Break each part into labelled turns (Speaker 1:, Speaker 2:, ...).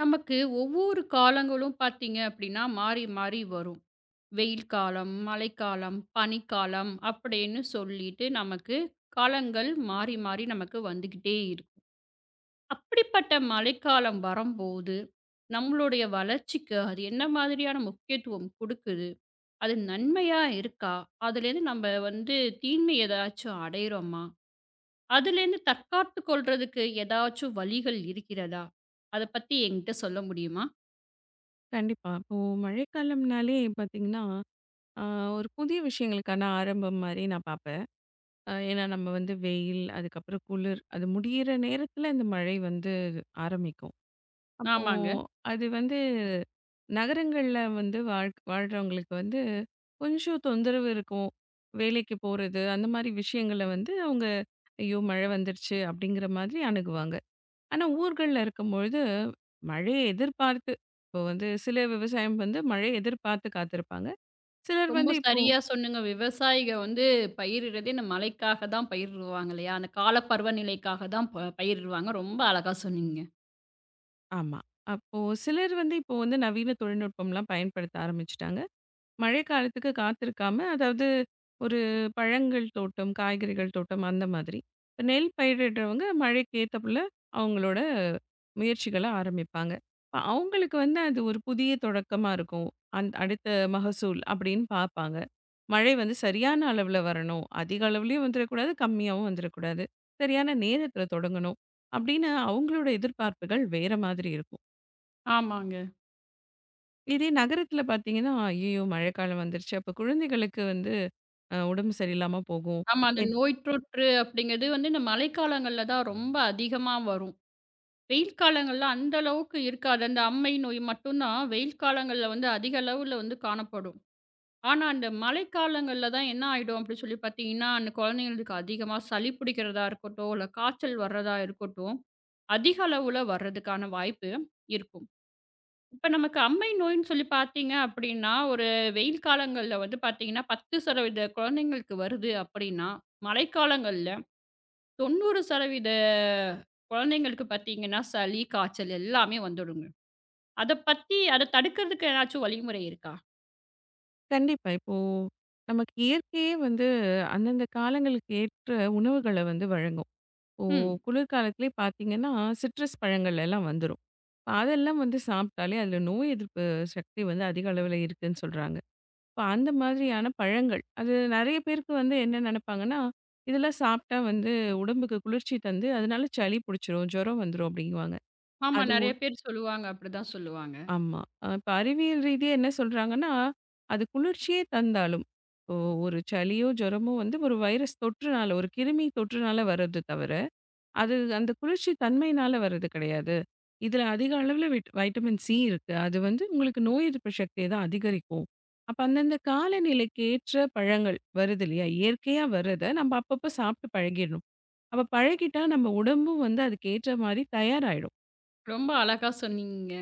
Speaker 1: நமக்கு ஒவ்வொரு காலங்களும் பார்த்தீங்க அப்படின்னா மாறி மாறி வரும். வெயில் காலம், மழைக்காலம், பனிக்காலம் அப்படின்னு சொல்லிட்டு நமக்கு காலங்கள் மாறி மாறி நமக்கு வந்துக்கிட்டே இருக்கும். அப்படிப்பட்ட மழைக்காலம் வரம்போது, நம்மளுடைய வளர்ச்சிக்கு அது என்ன மாதிரியான முக்கியத்துவம் குடுக்குது? அது நன்மையா இருக்கா? அதுலேருந்து நம்ம வந்து தீமை ஏதாச்சும் அடையிறோமா? அதுலேருந்து தற்காத்து கொள்றதுக்கு ஏதாச்சும் வழிகள் இருக்கிறதா? அத பத்தி என்கிட்ட சொல்ல முடியுமா?
Speaker 2: கண்டிப்பா. இப்போ மழைக்காலம்னாலே பார்த்தீங்கன்னா, அ ஒரு புதிய விஷயங்களுக்கான ஆரம்பம் மாரி நான் பார்ப்பேன். ஏன்னா நம்ம வந்து வெயில், அதுக்கப்புறம் குளிர், அது முடியிற நேரத்தில இந்த மழை வந்து ஆரம்பிக்கும். அப்போ
Speaker 1: ஆமாங்க.
Speaker 2: அது வந்து நகரங்கள்ல வந்து வாழ்றவங்களுக்கு வந்து கொஞ்சம் தொந்தரவு இருக்கும். வேலைக்கு போறது, அந்த மாரி விஷயங்கள வந்து அவங்க "ஐயோ! மழை வந்துருச்சு" அப்படிங்கிற மாதிரி அணுகுவாங்க. ஆனா, ஊர்கள்ல இருக்கும்பொழுது, மழைய எதிர்பார்த்து இப்போ வந்து சில விவசாயம் வந்து மழைய எதிர்பார்த்து காத்திருப்பாங்க. சிலர்
Speaker 1: ரொம்ப
Speaker 2: வந்து இப்போ
Speaker 1: சரியா சொன்னீங்க. விவசாயிக வந்து பயிரிடுறதே இந்த மழைக்காக தான் பயிரிடுவாங்க இல்லையா? அந்த கால பருவநிலைக்காக தான் பயிரிடுவாங்க. ரொம்ப அழகா சொன்னீங்க.
Speaker 2: ஆமா. அப்போ சிலர் வந்து இப்போ வந்து நவீன தொழில்நுட்பம்லாம் பயன்படுத்த ஆரம்பிச்சுட்டாங்க. மழைக்காலத்துக்கு காத்திருக்காம, அதாவது ஒரு பழங்கள் தோட்டம், காய்கறிகள் தோட்டம் அந்த மாதிரி. இப்ப நெல் பயிரிடுறவங்க மழைக்கு ஏத்தாப்புல அவங்களோட முயற்சிகள ஆரம்பிப்பாங்க. இப்ப அவங்களுக்கு வந்து அது ஒரு புதிய தொடக்கமா இருக்கும். அடுத்த மகசூல் அப்படின்னு பார்ப்பாங்க. மழை வந்து சரியான அளவுல வரணும். அதிக அளவுலயும் வந்துரக்கூடாது, கம்மியாவும் வந்துரக்கூடாது. சரியான நேரத்துல தொடங்கணும். அப்படின்னு அவங்களோட எதிர்பார்ப்புகள் வேற மாதிரி இருக்கும்.
Speaker 1: ஆமாங்க.
Speaker 2: இதே நகரத்துல பார்த்தீங்கன்னா, "ஐயயோ! மழைக்காலம் வந்துருச்சு. அப்ப குழந்தைகளுக்கு வந்து உடம்பு சரியில்லாம போகும்.
Speaker 1: ஆமா. அந்த
Speaker 2: எப்
Speaker 1: நோய் தொற்று அப்படிங்கிறது வந்து இந்த மழைக்காலங்கள்ல தான் ரொம்ப அதிகமா வரும். வெயில் காலங்கள்ல அந்த அளவுக்கு இருக்காது. அந்த அம்மை நோய் மட்டும் தான் வெயில் காலங்கள்ல வந்து அதிக அளவுல வந்து காணப்படும். ஆனா, அந்த மழைக்காலங்கள்ல தான் என்ன ஆயிடும் அப்படின்னு சொல்லி பார்த்தீங்கன்னா, அந்த குழந்தைங்களுக்கு அதிகமா சளி பிடிக்கிறதா இருக்கட்டும், இல்ல காய்ச்சல் வர்றதா இருக்கட்டும், அதிக அளவுல வர்றதுக்கான வாய்ப்பு இருக்கும். இப்ப நமக்கு அம்மை நோய்ன்னு சொல்லி பார்த்தீங்க அப்படின்னா, ஒரு வெயில் காலங்கள்ல வந்து பார்த்தீங்கன்னா, 10% குழந்தைங்களுக்கு வருது அப்படின்னா, மழைக்காலங்கள்ல 90% குழந்தைங்களுக்கு பார்த்தீங்கன்னா, சளி, காய்ச்சல் எல்லாமே வந்துடுங்க. அத பத்தி அத தடுக்கிறதுக்கு ஏதாச்சும் வழிமுறை இருக்கா?
Speaker 2: கண்டிப்பா. இப்போ நமக்கு இயற்கையே வந்து அந்தந்த காலங்களுக்கு ஏற்ற உணவுகள வந்து வழங்கும். இப்போ
Speaker 1: ம்.
Speaker 2: குளிர்காலத்திலே பார்த்தீங்கன்னா, சிட்ரஸ் பழங்கள் எல்லாம் வந்துரும். இப்ப அதெல்லாம் வந்து சாப்பிட்டாலே அதில நோய் எதிர்ப்பு சக்தி வந்து அதிக அளவில இருக்குன்னு சொல்றாங்க. இப்ப அந்த மாதிரியான பழங்கள், அது நெறைய பேருக்கு வந்து என்ன நெனைப்பாங்கன்னா, இதெல்லாம் சாப்பிட்டா வந்து உடம்புக்கு குளிர்ச்சி தந்து, அதனால சளி புடிச்சிரும், ஜுரம் வந்துரும் அப்டிங்குவாங்க.
Speaker 1: ஆமா.
Speaker 2: அது
Speaker 1: நெறைய பேர் சொல்லுவாங்க. அப்படிதான் சொல்லுவாங்க.
Speaker 2: ஆமா. இப்ப அறிவியல் ரீதியா என்ன சொல்றாங்கன்னா, அது குளிர்ச்சியே தந்தாலும், இப்போ ஒரு சளியோ, ஜுரமோ வந்து ஒரு வைரஸ் தொற்றுனால, ஒரு கிருமி தொற்றுனால வர்றது தவிர, அது அந்த குளிர்ச்சி தன்மையினால வர்றது கிடையாது. இதுல அதிக அளவுல வைட்டமின் சி இருக்கு. அது வந்து உங்களுக்கு நோய் எதிர்ப்பு சக்திய தான் அதிகரிக்கும். அப்ப அந்தந்த காலநிலைக்கு ஏற்ற பழங்கள் வருது இல்லையா? இயற்கையா வர்றத நம்ம அப்பப்ப சாப்பிட்டு பழகிடணும். அப்ப பழகிட்டா நம்ம உடம்பும் வந்து அதுக்கு ஏற்ற மாரி தயாராயிடும்.
Speaker 1: ரொம்ப அழகா சொன்னீங்க.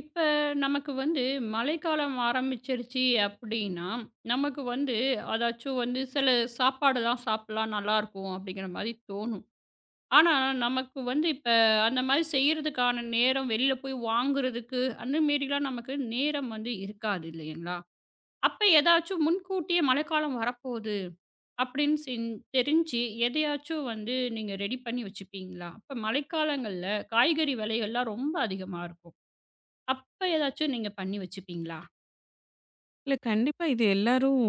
Speaker 1: இப்ப நமக்கு வந்து மழைக்காலம் ஆரம்பிச்சிருச்சு அப்படின்னா, நமக்கு வந்து அதாச்சும் வந்து சில சாப்பாடுலாம் சாப்பிடலாம் நல்லாயிருக்கும் அப்படிங்கிற மாரி தோணும். ஆனா, நமக்கு வந்து இப்ப அந்த மாரி செய்றதுக்கான நேரம், வெளில போய் வாங்குறதுக்கு அந்த மேரிலாம் நமக்கு நேரம் வந்து இருக்காது இல்லைங்களா? அப்ப ஏதாச்சும் முன்கூட்டியே மழைக்காலம் வரப்போகுது அப்படின்னு தெரிஞ்சு எதையாச்சும் வந்து நீங்க ரெடி பண்ணி வச்சுப்பீங்களா? அப்ப மழைக்காலங்கள்ல காய்கறி விலைகள்லாம் ரொம்ப அதிகமா இருக்கும். அப்ப ஏதாச்சும் நீங்க பண்ணி வச்சுப்பீங்களா?
Speaker 2: இல்ல கண்டிப்பா இது எல்லாரும்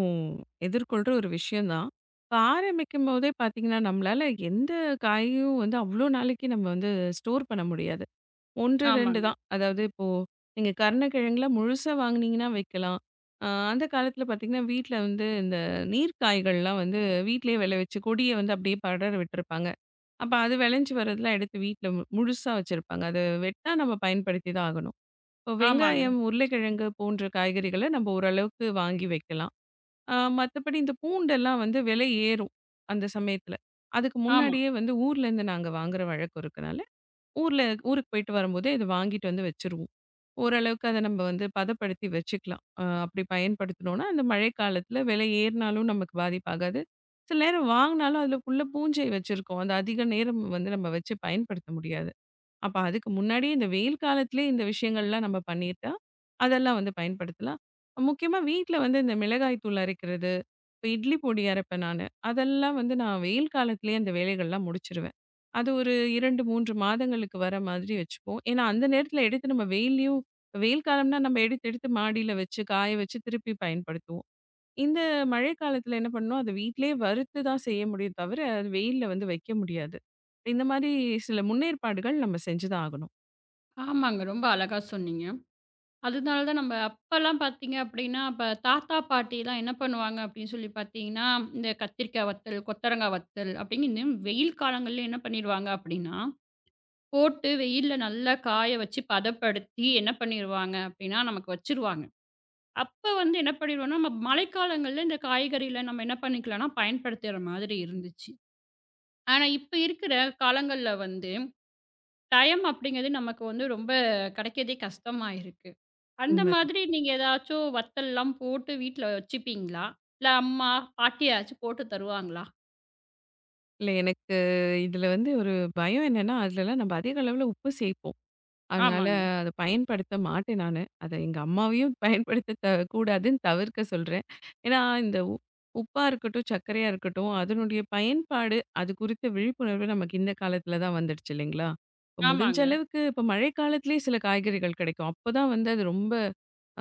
Speaker 2: எதிர்கொள்ற ஒரு விஷயம் தான். இப்ப ஆரம்பிக்கும் போதே பார்த்தீங்கன்னா, நம்மளால எந்த காயும் வந்து அவ்ளோ நாளைக்கு நம்ம வந்து ஸ்டோர் பண்ண முடியாது. 1, 2
Speaker 1: ஆமாங்க,
Speaker 2: தான். அதாவது இப்போ நீங்க கருணக்கிழங்குலாம் முழுசா வாங்குனீங்கன்னா வைக்கலாம். அ அந்த காலத்தில பார்த்தீங்கன்னா, வீட்ல வந்து இந்த நீர் காய்கள்லாம் வந்து வீட்லயே விளைவிச்சு கொடிய வந்து அப்படியே படர விட்டுருப்பாங்க. அப்ப அது விளைஞ்சு வரதெல்லாம் எடுத்து வீட்ல முழுசா வச்சிருப்பாங்க. அது வெட்னா நம்ம பயன்படுத்தி தான் ஆகணும். இப்போ
Speaker 1: ஆமாங்க,
Speaker 2: வெங்காயம், உருளைக்கிழங்கு போன்ற காய்கறிகள நம்ம ஓரளவுக்கு வாங்கி வைக்கலாம். மத்தபடி இந்த பூண்டெல்லாம் வந்து விலை ஏறும், அந்த சமயத்துல. அதுக்கு
Speaker 1: ஆமா,
Speaker 2: முன்னாடியே வந்து ஊர்லேருந்து நாங்க வாங்குற வழக்கம் இருக்கனால, ஊர்ல ஊருக்கு போயிட்டு வரும்போதே இத வாங்கிட்டு வந்து வச்சுருவோம். ஓரளவுக்கு அத நம்ம வந்து பதப்படுத்தி வச்சுக்கலாம். அப்படி பயன்படுத்தினோம்னா, அந்த மழைக்காலத்துல விலை ஏறினாலும் நமக்கு பாதிப்பாகாது. சில நேரம் வாங்கினாலும் அதுல உள்ள பூஞ்சை வச்சிருக்கோம். அது அதிக நேரம் வந்து நம்ம வச்சு பயன்படுத்த முடியாது. அப்ப அதுக்கு முன்னாடியே இந்த வெயில் காலத்திலே இந்த விஷயங்கள்லாம் நம்ம பண்ணிட்டா, அதெல்லாம் வந்து பயன்படுத்தலாம். முக்கியமா வீட்ல வந்து இந்த மிளகாய் தூள் அரைக்கிறது, இப்ப இட்லி பொடி அரைப்பேன் நானு. அதெல்லாம் வந்து நான் வெயில் காலத்திலேயே அந்த வேலைகள்லாம் முடிச்சுருவேன். அது ஒரு 2, 3 மாதங்களுக்கு வர மாதிரி வச்சுப்போம். ஏன்னா, அந்த நேரத்தில எடுத்து நம்ம வெயில் காலம்னா நம்ம எடுத்து எடுத்து மாடியில வச்சு, காய வச்சு திருப்பி பயன்படுத்துவோம். இந்த மழை காலத்துல என்ன பண்ணணும், அத வீட்டிலேயே வறுத்து தான் செய்ய முடியும் தவிர, அது வெயில்ல வந்து வைக்க முடியாது. இந்த மாரி சில முன்னேற்பாடுகள் நம்ம செஞ்சு தான் ஆகணும்.
Speaker 1: ஆமாங்க. ரொம்ப அழகா சொன்னீங்க. அதனால தான் நம்ம அப்பலாம் பார்த்தீங்க அப்படின்னா, அப்ப தாத்தா, பாட்டிலாம் என்ன பண்ணுவாங்க அப்படின்னு சொல்லி பார்த்தீங்கன்னா, இந்த கத்திரிக்காய் வத்தல், கொத்தரங்காய் வத்தல் அப்படின்னு வெயில் காலங்கள்ல என்ன பண்ணிருவாங்க அப்படின்னா, போட்டு வெயில்ல நல்லா காய வச்சு பதப்படுத்தி என்ன பண்ணிருவாங்க அப்படின்னா, நமக்கு வச்சுருவாங்க. அப்ப வந்து என்ன பண்ணிருவோம்னா, நம்ம மழைக்காலங்கள்ல இந்த காய்கறில நம்ம என்ன பண்ணிக்கலாம்னா பயன்படுத்துற மாதிரி இருந்துச்சு. ஆனா இப்ப இருக்கிற காலங்கள்ல வந்து டைம் அப்படிங்கிறது நமக்கு வந்து ரொம்ப கிடைக்கிறதே கஷ்டமா இருக்கு. அந்த
Speaker 2: உண்மைதான்.
Speaker 1: மாதிரி நீங்க ஏதாச்சும் வத்தல்லாம் போட்டு வீட்ல வச்சுப்பீங்களா? இல்ல அம்மா, பாட்டியாச்சும் போட்டு தருவாங்களா?
Speaker 2: இல்ல எனக்கு இதுல வந்து ஒரு பயம் என்னன்னா, அதுலலாம் நம்ம அதிக அளவுல உப்பு சேர்ப்போம். அதனால
Speaker 1: ஆமாங்க,
Speaker 2: அத பயன்படுத்த மாட்டேன் நானு. அத எங்க அம்மாவையும் பயன்படுத்த கூடாதுன்னு தவிர்க்க சொல்றேன். ஏன்னா, இந்த உப்பா இருக்கட்டும், சர்க்கரையா இருக்கட்டும், அதனுடைய பயன்பாடு அது குறித்த விழிப்புணர்வு நமக்கு இந்த காலத்துல தான் வந்துடுச்சு இல்லைங்களா? இப்ப முடிஞ்ச
Speaker 1: ஆமாங்க.
Speaker 2: அளவுக்கு இப்ப மழைக்காலத்திலேயே சில காய்கறிகள் கிடைக்கும். அப்பதான் வந்து அது ரொம்ப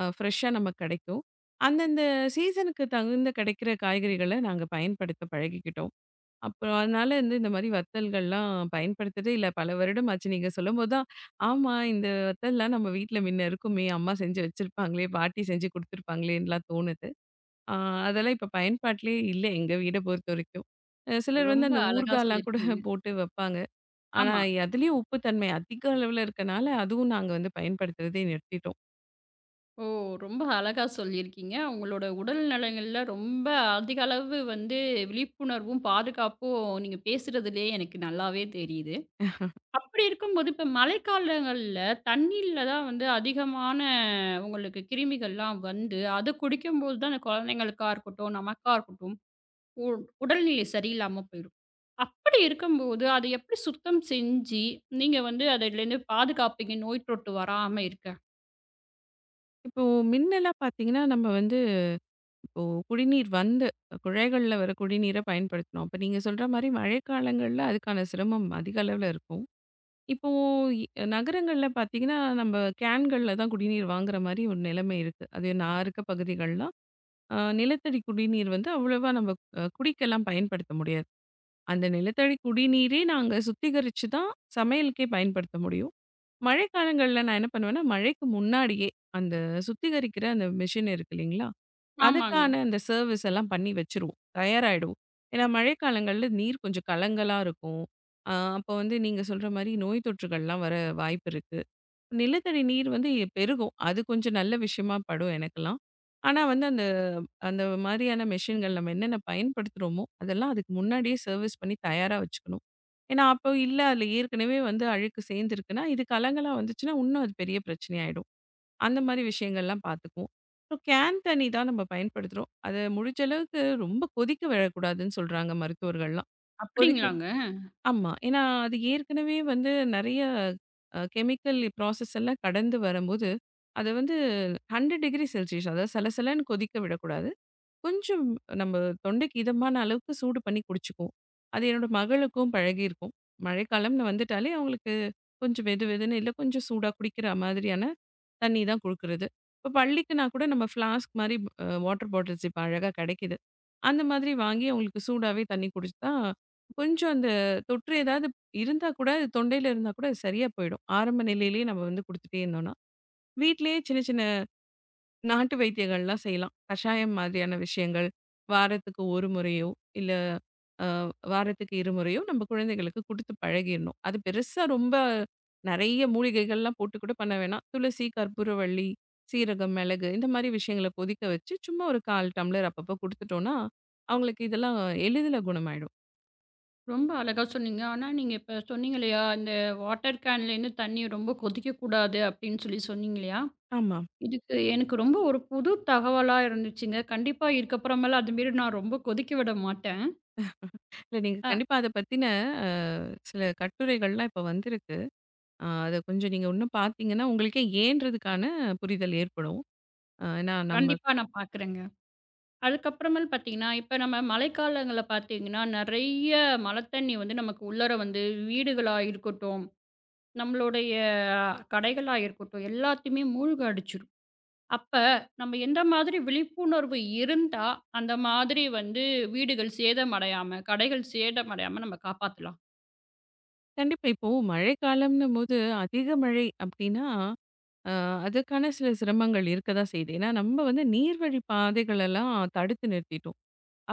Speaker 2: ஃப்ரெஷ்ஷா நமக்கு கிடைக்கும். அந்தந்த சீசனுக்கு தகுந்த கிடைக்கிற காய்கறிகள நாங்க பயன்படுத்த பழகிக்கிட்டோம். அப்புறம் அதனால வந்து இந்த மாரி வத்தல்கள்லாம் பயன்படுத்துறதே இல்ல. பல வருடம் ஆச்சு. நீங்க சொல்லும்போது தான், ஆமா இந்த வத்தல்லாம் நம்ம வீட்ல முன்ன இருக்குமே! அம்மா செஞ்சு வச்சிருப்பாங்களே! பாட்டி செஞ்சு குடுத்துருப்பாங்களேன்னுலாம் தோணுது. ஆ அதெல்லாம் இப்ப பயன்பாட்டிலேயே இல்ல எங்க வீட பொறுத்தவரைக்கும். சிலர் வந்து
Speaker 1: ரொம்ப
Speaker 2: அந்த
Speaker 1: அழகா
Speaker 2: ஊர்காலாம் கூட
Speaker 1: சொல்லியிருக்கீங்க.
Speaker 2: போட்டு வைப்பாங்க. ஆனா
Speaker 1: ஆமா.
Speaker 2: அதுலயும் உப்பு தன்மை அதிக அளவுல இருக்கனால, அதுவும் நாங்க வந்து பயன்படுத்துறதே நிறுத்திட்டோம்.
Speaker 1: ஓ! ரொம்ப அழகா சொல்லியிருக்கீங்க. உங்களோட உடல் நலங்கள்ல ரொம்ப அதிக அளவு வந்து விழிப்புணர்வும், பாதுகாப்பும் நீங்க பேசுறதுலயே எனக்கு நல்லாவே தெரியுது. அப்படி இருக்கும்போது, இப்ப மழைக்காலங்கள்ல தண்ணீல தான் வந்து அதிகமான உங்களுக்கு கிருமிகள்லாம் வந்து, அது குடிக்கும்போது தான் அந்த குழந்தைங்களுக்கா இருக்கட்டும், நமக்கா இருக்கட்டும், உ உடல்நிலை சரியில்லாம போயிரும். அப்படி இருக்கும்போது, அதை எப்படி சுத்தம் செஞ்சு, நீங்க வந்து அதுலேருந்து பாதுகாப்பீங்க, நோய் தொட்டு வராம இருக்க?
Speaker 2: இப்போ மின்னலாம் பார்த்தீங்கன்னா, நம்ம வந்து ஓ! குடிநீர் வந்து குழாய்கள்ல வர குடிநீர பயன்படுத்தணும். அப்ப நீங்க சொல்ற மாரி மழைக்காலங்கள்ல அதுக்கான சிரமம் அதிக அளவுல இருக்கும். இப்போ இ நகரங்கள்ல பார்த்தீங்கன்னா, நம்ம கேன்கள்ல தான் குடிநீர் வாங்குற மாரி ஒரு நிலைமை இருக்கு. அது நான் இருக்க பகுதிகள்லாம் நிலத்தடி குடிநீர் வந்து அவ்வளவா நம்ம குடிக்கெல்லாம் பயன்படுத்த முடியாது. அந்த நிலத்தடி குடிநீரே நாங்க சுத்திகரிச்சு தான் சமையலுக்கே பயன்படுத்த முடியும். மழைக்காலங்கள்ல நான் என்ன பண்ணுவேன்னா, மழைக்கு முன்னாடியே அந்த சுத்திகரிக்கிற அந்த மிஷின் இருக்கு இல்லைங்களா?
Speaker 1: ஆமாங்க.
Speaker 2: அதுக்கான இந்த சர்வீஸ் எல்லாம் பண்ணி வச்சுருவோம். தயாராயிடுவோம். ஏன்னா மழைக்காலங்கள்ல நீர் கொஞ்சம் கலங்கலா இருக்கும். அப்போ வந்து நீங்க சொல்ற மாரி நோய் தொற்றுகள்லாம் வர வாய்ப்பு இருக்கு. நிலத்தடி நீர் வந்து பெருகும். அது கொஞ்சம் நல்ல விஷயமா படும் எனக்கெல்லாம். ஆனா வந்து அந்த அந்த மாதிரியான மெஷின்கள் நம்ம என்னென்ன பயன்படுத்துறோமோ, அதெல்லாம் அதுக்கு முன்னாடியே சர்வீஸ் பண்ணி தயாரா வச்சுக்கணும். ஏன்னா அப்போ இல்ல அதில ஏற்கனவே வந்து அழுக்கு சேர்ந்துருக்குன்னா, இது கலங்கலா வந்துச்சுன்னா, இன்னும் அது பெரிய பிரச்சனையாயிடும். அந்த மாதிரி விஷயங்கள்லாம் பார்த்துக்குவோம். அப்புறம் கேன் தண்ணி தான் நம்ம பயன்படுத்துறோம். அது முடிஞ்ச அளவுக்கு ரொம்ப கொதிக்க விடக்கூடாதுன்னு சொல்றாங்க மருத்துவர்கள்லாம். கொதிக்க
Speaker 1: அப்படிங்களாங்க?
Speaker 2: ஆமா. ஏன்னா அது ஏற்கனவே வந்து நெறைய கெமிக்கல் ப்ராசஸ் எல்லாம் கடந்து வரும்போது, அத வந்து 100 டிகிரி செல்சியஸ் அதாவது சலசலன்னு கொதிக்க விடக்கூடாது. கொஞ்சம் நம்ம தொண்டைக்கு இதமான அளவுக்கு சூடு பண்ணி குடிச்சுக்குவோம். அது என்னோட மகளுக்கும் பழகியிருக்கும். மழைக்காலம்னு வந்துட்டாலே அவங்களுக்கு கொஞ்சம் வெது வெதுன்னு இல்ல கொஞ்சம் சூடா குடிக்கிற மாதிரியான தண்ணி தான் குடுக்குறது. இப்ப பள்ளிக்குன்னா கூட நம்ம ஃப்ளாஸ்க் மாரி வாட்டர் பாட்டில்ஸ் இப்ப அழகா கெடைக்குது. அந்த மாதிரி வாங்கி அவங்களுக்கு சூடாவே தண்ணி குடிச்சா, கொஞ்சம் அந்த தொற்று ஏதாவது இருந்தா கூட, அது தொண்டையில இருந்தா கூட அது சரியா போயிடும். ஆரம்ப நிலையிலேயே நம்ம வந்து குடுத்துட்டே இருந்தோம்னா. வீட்லயே சின்ன சின்ன நாட்டு வைத்தியங்கள்லாம் செய்யலாம். கஷாயம் மாதிரியான விஷயங்கள், வாரத்துக்கு 1 முறையோ, இல்ல அ வாரத்துக்கு 2 முறையோ நம்ம குழந்தைகளுக்கு குடுத்து பழகிரணும். அது பெருசா ரொம்ப நெறைய மூலிகைகள்லாம் போட்டு கூட பண்ண வேணாம். துளசி, கற்பூரவள்ளி, சீரகம், மிளகு இந்த மாரி விஷயங்கள கொதிக்க வச்சு, சும்மா ஒரு 1/4 டம்ளர் அப்பப்போ குடுத்துட்டோம்னா, அவங்களுக்கு இதெல்லாம் எளிதில குணமாயிடும்.
Speaker 1: ரொம்ப அழகா சொன்னீங்க. ஆனா, நீங்க இப்ப சொன்னீங்க இல்லையா, இந்த வாட்டர் கேன்லேருந்து தண்ணீ ரொம்ப கொதிக்கக்கூடாது அப்படின்னு சொல்லி சொன்னீங்க இல்லையா?
Speaker 2: ஆமா.
Speaker 1: இதுக்கு எனக்கு ரொம்ப ஒரு புது தகவலா இருந்துச்சுங்க. கண்டிப்பா இதுக்கப்புறமேல அதுமாரி நான் ரொம்ப கொதிக்க விட மாட்டேன்.
Speaker 2: இல்ல நீங்க
Speaker 1: அ
Speaker 2: கண்டிப்பா அத பத்தின அ சில கட்டுரைகள்லாம் இப்ப வந்திருக்கு. அத கொஞ்சம் நீங்க இன்னும் பார்த்தீங்கன்னா, உங்களுக்கே ஏன்றதுக்கான புரிதல் ஏற்படும். ஏன்னா நம்ம
Speaker 1: கண்டிப்பா நான் பார்க்குறேங்க. அதுக்கப்புறமேல் பார்த்தீங்கன்னா, இப்ப நம்ம மழைக்காலங்கள்ல பார்த்தீங்கன்னா, நெறைய மழை தண்ணி வந்து நமக்கு உள்ளார வந்து வீடுகளா இருக்கட்டும், நம்மளுடைய கடைகளா இருக்கட்டும், எல்லாத்தையுமே மூழ்க அடிச்சுரும். அப்ப நம்ம எந்த மாதிரி விழிப்புணர்வு இருந்தா, அந்த மாதிரி வந்து வீடுகள் சேதமடையாம, கடைகள் சேதமடையாம நம்ம காப்பாத்தலாம்.
Speaker 2: கண்டிப்பா இப்போ மழைக்காலம்ன்னும் போது அதிக மழை அப்டின்னா, அ அதுக்கான சில சிரமங்கள் இருக்க தான் செய்யுது. ஏன்னா நம்ம வந்து நீர்வழி பாதைகளெல்லாம் தடுத்து நிறுத்திட்டோம்.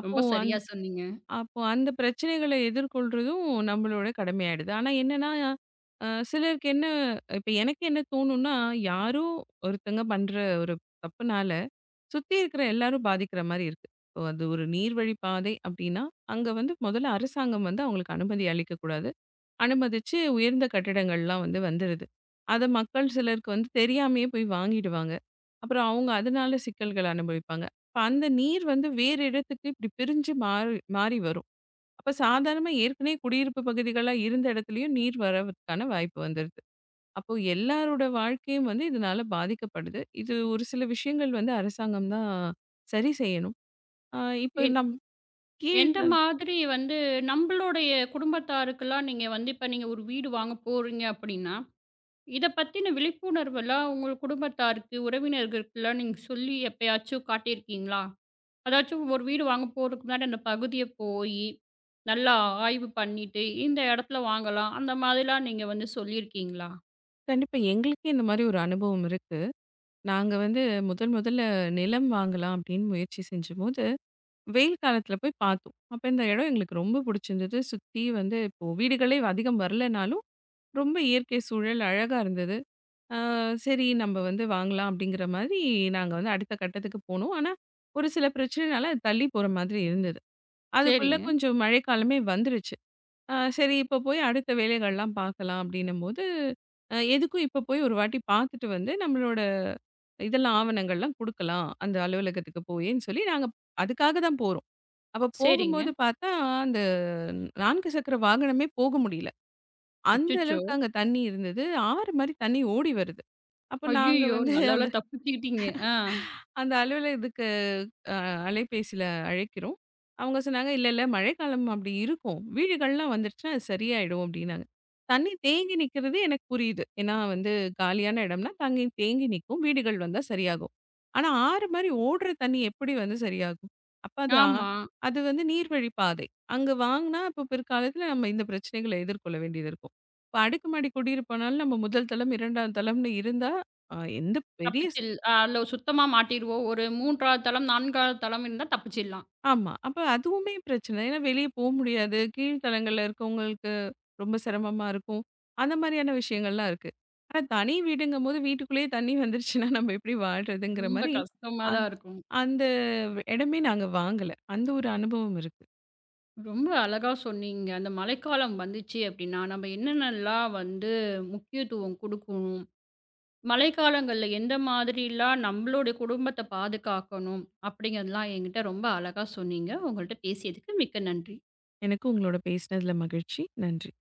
Speaker 2: அப்போ
Speaker 1: ரொம்ப
Speaker 2: அந்
Speaker 1: சரியா சொன்னீங்க.
Speaker 2: அப்போ அந்த பிரச்சனைகள எதிர்கொள்றதும் நம்மளோட கடமையாயிடுது. ஆனா என்னன்னா, சிலருக்கு என்ன இப்ப எனக்கு என்ன தோணும்னா, யாரோ ஒருத்தங்க பண்ற ஒரு தப்புனால, சுத்தி இருக்கிற எல்லாரும் பாதிக்கிற மாரி இருக்கு. இப்போ அது ஒரு நீர்வழி பாதை அப்டின்னா, அங்க வந்து முதல்ல அரசாங்கம் வந்து அவங்களுக்கு அனுமதி அளிக்கக்கூடாது. அனுமதிச்சு உயர்ந்த கட்டிடங்கள்லாம் வந்து வந்துடுது. அத மக்கள் சிலருக்கு வந்து தெரியாமயே போய் வாங்கிடுவாங்க. அப்புறம் அவங்க அதனால சிக்கல்கள் அனுபவிப்பாங்க. இப்ப அந்த நீர் வந்து வேறு இடத்துக்கு இப்படி பிரிஞ்சு மாறி மாறி வரும். அப்ப சாதாரணமா ஏற்கனவே குடியிருப்பு பகுதிகளா இருந்த இடத்துலயும் நீர் வரதுக்கான வாய்ப்பு வந்துருது. அப்போ எல்லாரோட வாழ்க்கையும் வந்து இதனால பாதிக்கப்படுது. இது ஒரு சில விஷயங்கள் வந்து அரசாங்கம் தான் சரி செய்யணும். அ இப்ப நம் கீழ்
Speaker 1: எந்த மாதிரி வந்து நம்பளுடைய குடும்பத்தாருக்கெல்லாம் நீங்க வந்து இப்ப நீங்க ஒரு வீடு வாங்க போறீங்க அப்படின்னா, இத பத்தின விழிப்புணர்வெல்லாம் உங்க குடும்பத்தாருக்கு, உறவினர்களுக்கெல்லாம் நீங்க சொல்லி எப்பயாச்சும் காட்டியிருக்கீங்களா? அதாச்சும் ஒரு வீடு வாங்க போறதுக்கு முன்னாடி அந்த பகுதிய போயி, நல்லா ஆய்வு பண்ணிட்டு, இந்த இடத்துல வாங்கலாம். அந்த மாதிரிலாம் நீங்க வந்து சொல்லியிருக்கீங்களா?
Speaker 2: கண்டிப்பா எங்களுக்கே இந்த மாரி ஒரு அனுபவம் இருக்கு. நாங்க வந்து முதல் முதல்ல நிலம் வாங்கலாம் அப்படின்னு முயற்சி செஞ்சபோது, வெயில் காலத்துல போய் பார்த்தோம். அப்ப இந்த இடம் எங்களுக்கு ரொம்ப புடிச்சிருந்தது. சுத்தி வந்து இப்போ வீடுகளே அதிகம் வரலனாலும், ரொம்ப இயற்கை சூழல் அழகா இருந்தது. அ சரி நம்ம வந்து வாங்கலாம் அப்படிங்கிற மாதிரி நாங்க வந்து அடுத்த கட்டத்துக்கு போனோம். ஆனா, ஒரு சில பிரச்சனைனால அது தள்ளி போற மாதிரி இருந்தது. அதுக்குள்ள
Speaker 1: சரிங்க,
Speaker 2: கொஞ்சம் மழைக்காலமே வந்துருச்சு. சரி இப்ப போய் அடுத்த வேலைகள்லாம் பார்க்கலாம் அப்படின்னும்போது, எதுக்கும் இப்ப போய் ஒரு வாட்டி பார்த்துட்டு வந்து நம்மளோட இதெல்லாம் ஆவணங்கள்லாம் குடுக்கலாம். அந்த அலுவலகத்துக்கு போயேன்னு சொல்லி நாங்க அதுக்காக தான் போறோம். அப்ப
Speaker 1: சரிங்க.
Speaker 2: போகும்போது பார்த்தா, அந்த 4 சக்கர வாகனமே போக முடியல. அந்த
Speaker 1: அச்சச்சோ!
Speaker 2: அளவுக்கு அங்க தண்ணி இருந்தது. ஆறு மாரி தண்ணி ஓடி வருது. அப்ப நாங்க
Speaker 1: ஐயய்யோ!
Speaker 2: வந்து
Speaker 1: நல்ல வேள தப்பிச்சுக்கிட்டீங்க. ஆ,
Speaker 2: அந்த அலுவலகத்துக்கு அ அலைபேசியில அழைக்கிறோம். அவங்க சொன்னாங்க, "இல்ல, இல்ல மழைக்காலம் அப்படி இருக்கும். வீடுகள்லாம் வந்துருச்சுன்னா அது சரியாயிடும்" அப்படின்னாங்க. தண்ணி தேங்கி நிக்கிறது எனக்கு புரியுது. ஏன்னா வந்து காலியான இடம்னா தண்ணி தேங்கி நிக்கும். வீடுகள் வந்தா சரியாகும். ஆனா ஆறு மாரி ஓடுற தண்ணி எப்படி வந்து சரியாகும்? அப்ப அது ஆ
Speaker 1: ஆமா.
Speaker 2: அது வந்து நீர்வழி பாதை. அங்க வாங்குனா அப்ப பிற்காலத்துல நம்ம இந்த பிரச்சனைகள எதிர்கொள்ள வேண்டியது இருக்கும். இப்ப அடுக்குமாடி குடியிருப்புனாலும் நம்ம முதல் தளம், 2ஆம் தளம்னு இருந்தா, அ எந்த பெரிய
Speaker 1: தப்பிச்சில் அதுல சுத்தமா மாட்டிருவோம். ஒரு 3வது தளம், 4வது தளம் இருந்தா தப்பிச்சிடலாம்.
Speaker 2: ஆமா. அப்ப அதுவுமே பிரச்சனை. ஏன்னா வெளிய போ முடியாது. கீழ் தளங்கள்ல இருக்கவங்களுக்கு ரொம்ப சிரமமா இருக்கும். அந்த மாரியான விஷயங்கள்லாம் இருக்கு. ஆனா தனி வீடுங்கும்போது வீட்டுக்குள்ளேயே தண்ணி வந்துருச்சுன்னா நம்ம எப்படி வாழ்றதுங்கிற
Speaker 1: ரொம்ப
Speaker 2: மாரி,
Speaker 1: கஷ்டமா
Speaker 2: அந்
Speaker 1: தான் இருக்கும்.
Speaker 2: அந்த இடமே நாங்க வாங்கல. அந்த ஒரு அனுபவம் இருக்கு.
Speaker 1: ரொம்ப அழகா சொன்னீங்க. அந்த மழைக்காலம் வந்துச்சு அப்டின்னா, நம்ம என்னென்னலாம் வந்து முக்கியத்துவம் குடுக்கணும்? மழைக்காலங்கள்ல எந்த மாதிரிலாம் நம்மளுடைய குடும்பத்த பாதுகாக்கணும்? அப்படிங்கிறதெல்லாம் என்கிட்ட ரொம்ப அழகா சொன்னீங்க. உங்கள்ட்ட பேசியதுக்கு மிக்க நன்றி.
Speaker 2: எனக்கு உங்களோட பேசினதுல மகிழ்ச்சி. நன்றி.